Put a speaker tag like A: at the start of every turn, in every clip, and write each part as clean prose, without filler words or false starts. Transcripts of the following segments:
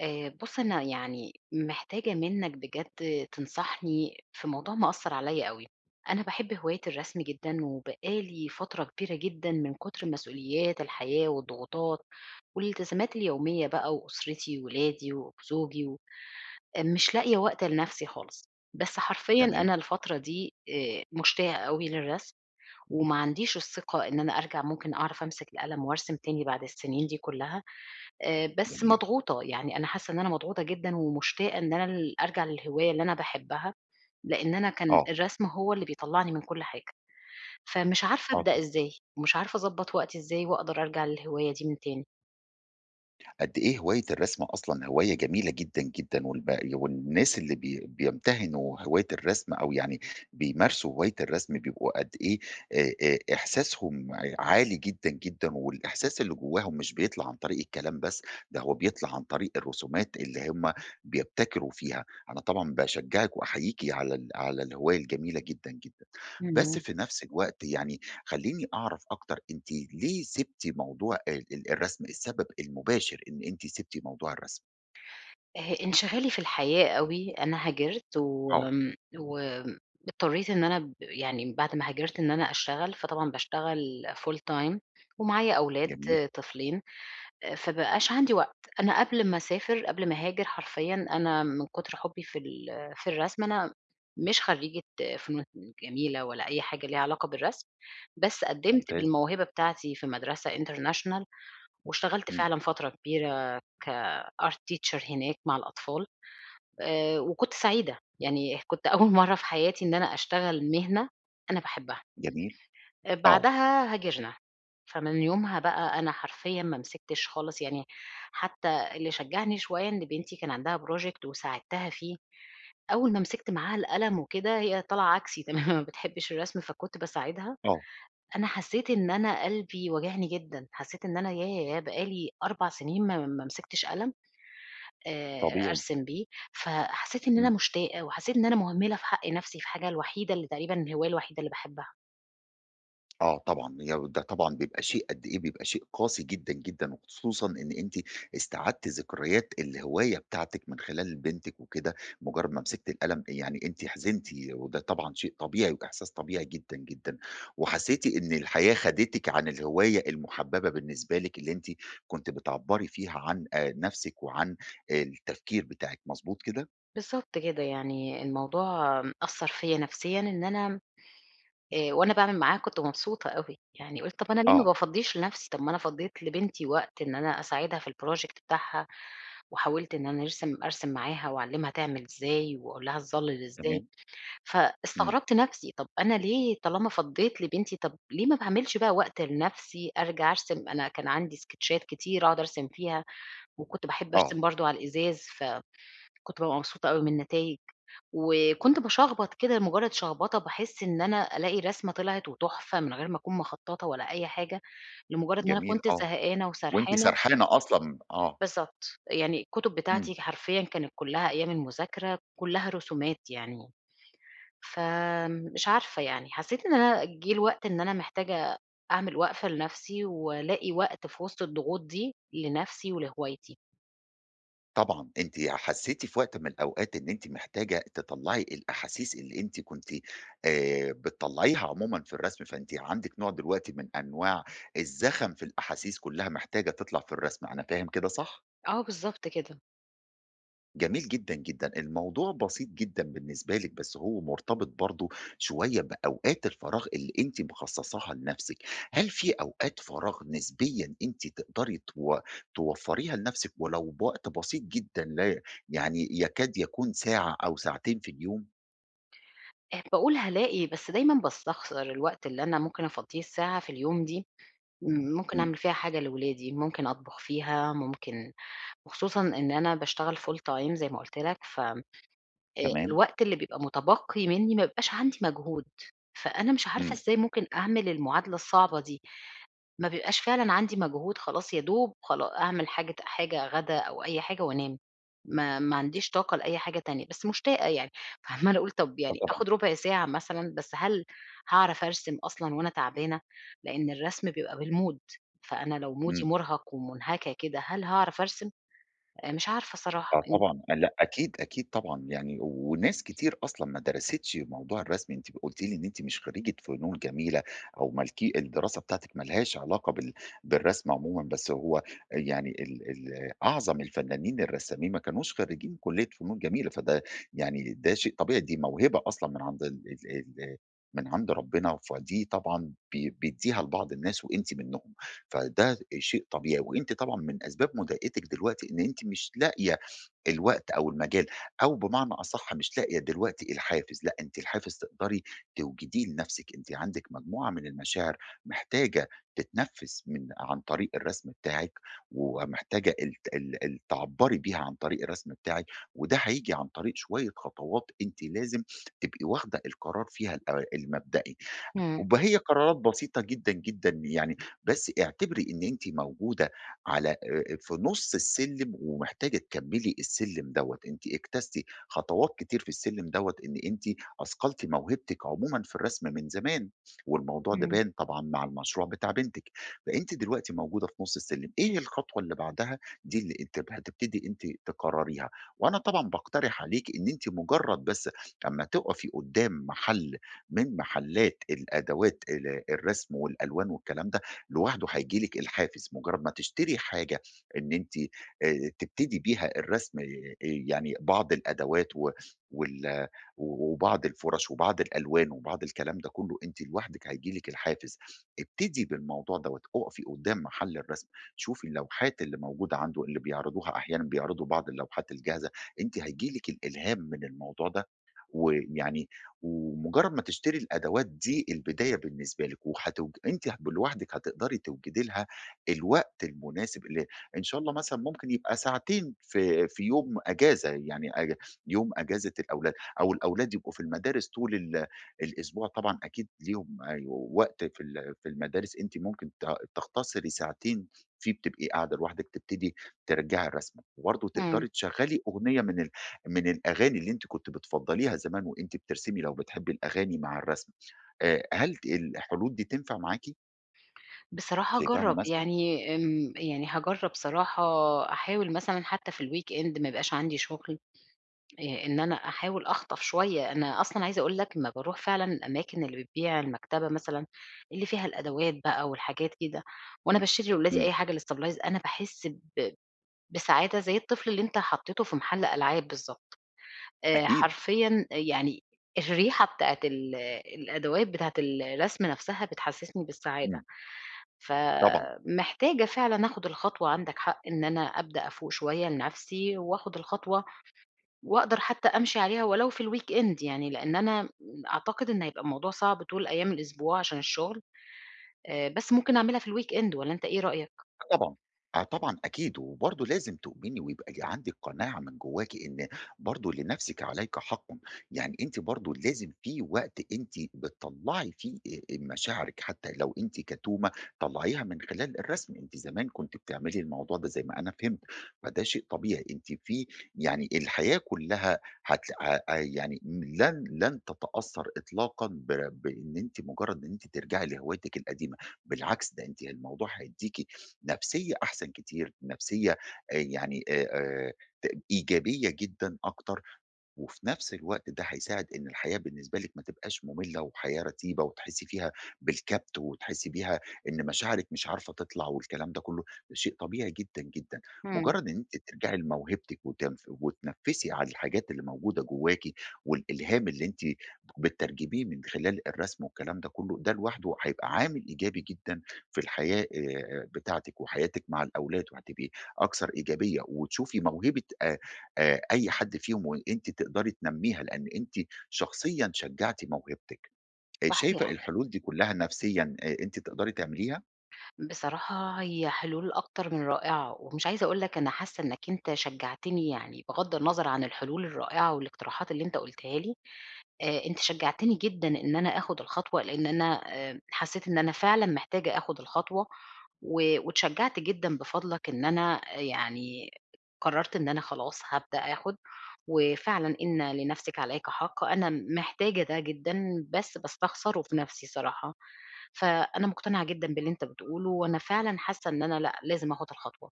A: بُص أنا يعني محتاجة منّك بجد تنصحني في موضوع مأثّر عليّا أوي، أنا باحب هواية الرسم جدًا وبقى لي فترة كبيرة جدًا من كتر مسؤوليات الحياة والضغوطات والالتزامات اليومية بقى وأسرتي وولادي وزوجي و مش لاقية وقت لنفسي خالص، بس حرفيًا
B: تمام.
A: أنا الفترة دي مشتاقة أوي للرسم وما عنديش الثقة إن أنا أرجع ممكن أعرف أمسك القلم وأرسم تاني بعد السنين دي كلّها، بس
B: جميل.
A: مضغوطة، يعني أنا حاسة إن أنا مضغوطة جدًا ومشتاقة إن أنا أرجع للهواية اللي أنا باحبها، لإن أنا كان
B: آه.
A: الرسم هو اللي بيطلّعني من كل حاجة، فمش عارفة
B: آه
A: أبدأ
B: طبعًا.
A: إزاي، ومش عارفة أضبّط وقتي إزاي وأقدر أرجع للهواية دي من تاني.
B: قد إيه هواية الرسم أصلًا هواية جميلة جدًا، جدًا، والناس اللي بيمتهنوا هواية الرسم أو يعني بيمارسوا هواية الرسم بيبقوا قد إيه إحساسهم عالي جدًا، جدًا، والإحساس اللي جواهم مش بيطلع عن طريق الكلام بس، ده هو بيطلع عن طريق الرسومات اللي هم بيبتكروا فيها. أنا طبعًا باشجّعِك وأحييكِ على الهواية الجميلة جدًا، جدًا. بس
A: إمم.
B: في نفس الوقت يعني خلّيني أعرف أكتر أنتِ ليه سِبتِ موضوع ال ال الرسم، السبب المباشر إن أنتِ سِبتِ موضوع الرسم؟
A: انشغالي في الحياة أوي، أنا هاجرت
B: آه.
A: وآمم وآمم اضطريت إن أنا يعني بعد ما هاجرت إن أنا أشتغل، فطبعًا باشتغل full time ومعايا أولاد
B: جميل.
A: طفلين. فبقاش عندي وقت، أنا قبل ما أسافر، قبل ما أهاجر حرفيًا أنا من كتر حُبّي في في الرسم أنا مش خرّيجة فنون جميلة ولا أي حاجة ليها علاقة بالرسم، بس قدّمت
B: ممتاز.
A: بالموهبة بتاعتي في مدرسة international واشتغلت
B: إمم.
A: فعلًا فترة كبيرة كart teacher هناك مع الأطفال، وكنت سعيدة، يعني كنت أول مرّة في حياتي إن أنا أشتغل مهنة أنا باحبها.
B: جميل. آه.
A: بعدها هاجرنا، فمن يومها بقى أنا حرفيًا ما مسكتش خالص، يعني حتى اللي شجعني شوية إن بنتي كان عندها project وساعدتها فيه، أول ما مسكت معاها القلم وكده هي طالعة عكسي تمامًا ما بتحبش الرسم، فكنت باساعدها،
B: آه.
A: أنا حسيت إن أنا قلبي واجعني جدًا، حسيت إن أنا ياه! بقى لي 4 سنين ما مسكتش قلم آآ
B: طبيعي.
A: أرسم بيه، فحسيت إن أنا
B: إمم.
A: مشتاقة وحسيت إن أنا مهملة في حق نفسي في حاجة الوحيدة اللي تقريبًا الهواية الوحيدة اللي باحبها.
B: آه طبعًا، هي وده طبعًا بيبقى شيء قد إيه، بيبقى شيء قاسي جدًا، جدًا، وخصوصًا إن أنتِ استعدتِ ذكريات الهواية بتاعتِك من خلال بنتِك وكده، مجرد ما مسكتِ القلم يعني أنتِ حزنتِ، وده طبعًا شيء طبيعي وإحساس طبيعي جدًا، جدًا، وحسيتِ إن الحياة خدتِك عن الهواية المحببة بالنسبة لِك، اللي أنتِ كنتِ بتعبّري فيها عن نفسِك وعن التفكير بتاعِك، مضبوط كده؟
A: بالضبط كده، يعني الموضوع أثّر فيّا نفسيًا إن أنا وأنا باعمل معاه كنت مبسوطة أوي، يعني قُلت طَب أنا ليه ما
B: آه.
A: بافضّيش لنفسي، طَب ما أنا فضّيت لبنتي وقت إن أنا أساعدها في الproject بتاعها، وحاولت إن أنا أرسم أرسم معاها وأعلّمها تعمل إزاي، وأقول لها تظلل إزاي،
B: تمام. إمم.
A: فاستغربت نفسي طَب أنا ليه طالما فضّيت لبنتي، طَب ليه ما باعملش بقى وقت لنفسي أرجع أرسم، أنا كان عندي سكتشات كتير أقعد أرسم فيها، وكنت باحب
B: آه.
A: أرسم برضه على الإزاز، فكنت بابقى مبسوطة أوي من النتايج. وكنت باشخبط كده مجرد شخبطة باحس إن أنا ألاقي رسمة طلعت وتحفة من غير ما أكون مخططة ولا أي حاجة، لمجرد إن أنا
B: جميل.
A: كنت
B: آه.
A: زهقانة
B: وأنتِ
A: وسرحانة
B: سرحانة أصلًا. آه.
A: بالضبط، يعني الكتب
B: إمم.
A: بتاعتي حرفيًا كانت كلها أيام المذاكرة، كلها رسومات يعني، فمش عارفة يعني حسيت إن أنا جه الوقت إن أنا محتاجة أعمل وقفة لنفسي، وألاقي وقت في وسط الضغوط دي لنفسي ولهوايتي.
B: طبعًا، أنتِ حسّيتِ في وقت من الأوقات إن أنتِ محتاجة تطلّعي الأحاسيس اللي أنتِ كنتِ بتطلّعيها عمومًا في الرسم، فأنتِ عندِك نوع دلوقتي من أنواع الزخم في الأحاسيس كلّها محتاجة تطلع في الرسم، أنا فاهم كده صح؟
A: آه بالضبط كده،
B: جميل جدًا، جدًا. الموضوع بسيط جدًا بالنسبة لِك، بس هو مرتبط برضه شوية بأوقات الفراغ اللي أنتِ مخصصاها لنفسِك. هل في أوقات فراغ نسبيًا أنتِ تقدري توفريها لنفسِك ولو بوقت بسيط جدًا لا يعني يكاد يكون ساعة أو ساعتين في اليوم؟
A: باقول هالاقي بس دايمًا باستخسر الوقت اللي أنا ممكن أفضيه الساعة في اليوم دي إمم، ممكن
B: إمم.
A: أعمل فيها حاجة لولادي، ممكن أطبخ فيها، ممكن وخصوصًا إن أنا باشتغل full time زي ما قُلت لك، ف
B: تمام.
A: الوقت اللي بيبقى متبقي منّي ما بيبقاش عندي مجهود، فأنا مش عارفة
B: إمم.
A: إزاي ممكن أعمل المعادلة الصعبة دي. ما بيبقاش فعلًا عندي مجهود خلاص يا دوب خلا أعمل حاجة غدا أو أي حاجة وأنام، ما عنديش طاقة لأي حاجة تانية، بس مشتاقة يعني، فعمّالة أقول طب
B: آه
A: يعني
B: طبعًا.
A: آخد ربع ساعة مثلًا، بس هل هاعرف أرسم أصلًا وأنا تعبانة؟ لإن الرسم بيبقى بالمود، فأنا لو مودي
B: إمم.
A: مرهق ومنهكة كده هل هاعرف أرسم؟ مش عارفة صراحة،
B: آه
A: إمم،
B: طبعًا، آه لأ أكيد، أكيد طبعًا، يعني وناس كتير أصلًا ما درستش موضوع الرسم، أنتِ قُلتِ لي إن أنتِ مش خريجة فنون جميلة أو ما لكِ الدراسة بتاعتِك ما لهاش علاقة بالرسم عمومًا، بس هو يعني ال ال أعظم الفنانين الرسامين ما كانوش خريجين كلية فنون جميلة، فده يعني ده شيء طبيعي، دي موهبة أصلًا من عند ال ال ال من عند ربنا، فدي طبعًا بيدّيها لبعض الناس وأنتِ منهم، فده شيء طبيعي، وأنتِ طبعًا من أسباب مضايقتِك دلوقتي إن أنتِ مش لاقية الوقت أو المجال أو بمعنى أصح مش لاقية دلوقتي الحافز، لأ أنتِ الحافز تقدري توجديه لنفسِك، أنتِ عندِك مجموعة من المشاعر محتاجة تتنفّس من عن طريق الرسم بتاعِك، ومحتاجة الت ال ال تعبّري بيها عن طريق الرسم بتاعِك، وده هييجي عن طريق شوية خطوات أنتِ لازم تبقي واخدة القرار فيها المبدئي.
A: إمم،
B: هي قرارات بسيطة جدًا، جدًا يعني، بس اعتبري إن أنتِ موجودة على في نُص السلِّم ومحتاجة تكمّلي السلِّم دوّة، أنتِ اجتزتِ خطوات كتير في السلِّم دوّة إن أنتِ أثقلتِ موهبتِك عمومًا في الرسم من زمان، والموضوع ده
A: إمم،
B: بان طبعًا مع المشروع بتاع بنتِك، فأنتِ دلوقتي موجودة في نُص السلِّم، إيه الخطوة اللي بعدها دي اللي أنتِ هتبتدي أنتِ تقرّريها، وأنا طبعًا باقترح عليكِ إن أنتِ مجرّد بس أمّا تُقفي قدّام محل من محلات الأدوات الرسم والألوان والكلام ده، لوحده هييجي لِك الحافز، مجرد ما تشتري حاجة إن أنتِ تبتدي بيها الرسم يعني بعض الأدوات و وال وبعض الفُرَش وبعض الألوان وبعض الكلام ده كله، أنتِ لوحدِك هييجي لِك الحافز، ابتدي بالموضوع دوّة، اُقفي قدّام محل الرسم، شوفي اللوحات اللي موجودة عنده اللي بيعرضوها أحيانًا بيعرضوا بعض اللوحات الجاهزة، أنتِ هييجي لِك الإلهام من الموضوع ده، ويعني ومجرد ما تشتري الأدوات دي البداية بالنسبة لِك، أنتِ لوحدِك هتقدري توجدي لها الوقت المناسب اللي إن شاء الله مثلًا ممكن يبقى ساعتين في يوم أجازة، يعني يوم أجازة الأولاد، أو الأولاد يبقوا في المدارس طول الأسبوع طبعًا أكيد ليهم أيوه وقت في المدارس، أنتِ ممكن تختصري ساعتين فيه بتبقي قاعدة لوحدِك، تبتدي ترجعي الرسمة، وبرضه
A: إمم،
B: تقدري تشغّلي أغنية من الأغاني اللي أنتِ كنتِ بتفضّليها زمان وأنتِ بترسمي لو بتحبّي الأغاني مع الرسم. هل الحلول دي تنفع معاكِ؟
A: بصراحة
B: شايفاها
A: هاجرّب
B: مناسبة؟
A: يعني يعني هاجرّب صراحة أحاول مثلًا حتى في الweekend ما يبقاش عندي شغل إن أنا أحاول أخطف شوية، أنا أصلًا عايزة أقول لك أمّا باروح فعلًا الأماكن اللي بتبيع المكتبة مثلًا، اللي فيها الأدوات بقى والحاجات كده، وأنا باشتري لولادي
B: إمم.
A: أي حاجة للSupplyز أنا باحس بسعادة زي الطفل اللي أنت حطيته في محل ألعاب بالضبط،
B: أكيد.
A: حرفيًا يعني الريحة بتاعة الأدوات بتاعة الرسم نفسها بتحسسني بالسعادة،
B: إمم. طبعًا.
A: فمحتاجة فعلًا آخد الخطوة عندك حق إن أنا أبدأ أفوق شوية لنفسي، وآخد الخطوة وأقدر حتى أمشي عليها ولو في الweekend يعني، لإن أنا أعتقد إن هيبقى الموضوع صعب طول أيام الأسبوع عشان الشغل، بس ممكن أعملها في الweekend والّا أنت إيه رأيك؟
B: آه طبعًا، آه طبعًا أكيد، وبرضه لازم تؤمني ويبقى عندِك قناعة من جواكِ إن برضه لنفسِك عليكِ حقٌ، يعني أنتِ برضه لازم في وقت أنتِ بتطلّعي فيه مشاعرِك حتى لو أنتِ كتومة طلّعيها من خلال الرسم، أنتِ زمان كنتِ بتعملي الموضوع ده زي ما أنا فهمت، فده شيء طبيعي، أنتِ في يعني الحياة كلّها هت ه ه يعني لن تتأثّر إطلاقًا بإن أنتِ مجرّد إن أنتِ ترجعي لهوايتِك القديمة، بالعكس ده أنتِ الموضوع هيدّيكِ نفسيّة أحسن كتير، نفسيّة يعني ت إيجابية جدًا أكتر، وفي نفس الوقت ده هيساعد إن الحياة بالنسبة لِك ما تبقاش مملة وحياة رتيبة وتحسّي فيها بالكبت وتحسّي بيها إن مشاعرِك مش عارفة تطلع والكلام ده كُلّه، ده شيء طبيعي جدًا، جدًا.
A: إمم،
B: مجرّد إن أنتِ ترجعي لموهبتِك وتنفّسي على الحاجات اللي موجودة جواكِ والإلهام اللي أنتِ بتترجميه من خلال الرسم والكلام ده كُلّه، ده لوحده هيبقى عامل إيجابي جدًا في الحياة بتاعتِك وحياتِك مع الأولاد وهتبقي أكثر إيجابية وتشوفي موهبة أي حد فيهم وأنتِ تقدري تنمّيها، لإن أنتِ شخصيًا شجّعتِ موهبتِك. شايفة
A: صحيح.
B: الحلول دي كلّها نفسيًا أنتِ تقدري تعمليها؟
A: بصراحة هي حلول أكتر من رائعة، ومش عايزة أقول لك أنا حاسة إنك أنت شجعتني يعني بغض النظر عن الحلول الرائعة والاقتراحات اللي أنت قُلتها لي، أنتِ شجّعتيني جدًا إن أنا آخُد الخطوة، لإن أنا حسّيت إن أنا فعلًا محتاجة آخُد الخطوة و واتشجّعت جدًا بفضلك إن أنا يعني قرّرت إن أنا خلاص هابدأ آخُد وفعلًا إن لنَفْسِك عليكِ حق، أنا محتاجة ده جدًا بس باستخسره في نَفْسي صراحة، فأنا مقتنعة جدًا باللي أنت بتقوله وأنا فعلًا حاسّة إن أنا لأ، لازم آخُد الخطوة.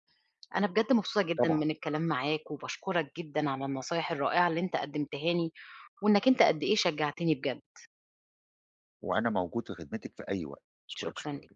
A: أنا بجد مبسوطة جدًا
B: طبعًا.
A: من الكلام معاك، وباشكرك جدًا على النصايح الرائعة اللي أنت قدمتها لي، وإنك أنت قد إيه شجعتني بجد،
B: وأنا موجود في خدمتِك في أي وقت. أشكرِك
A: شكرًا
B: شكرًا
A: ليك.
B: جزيلًا.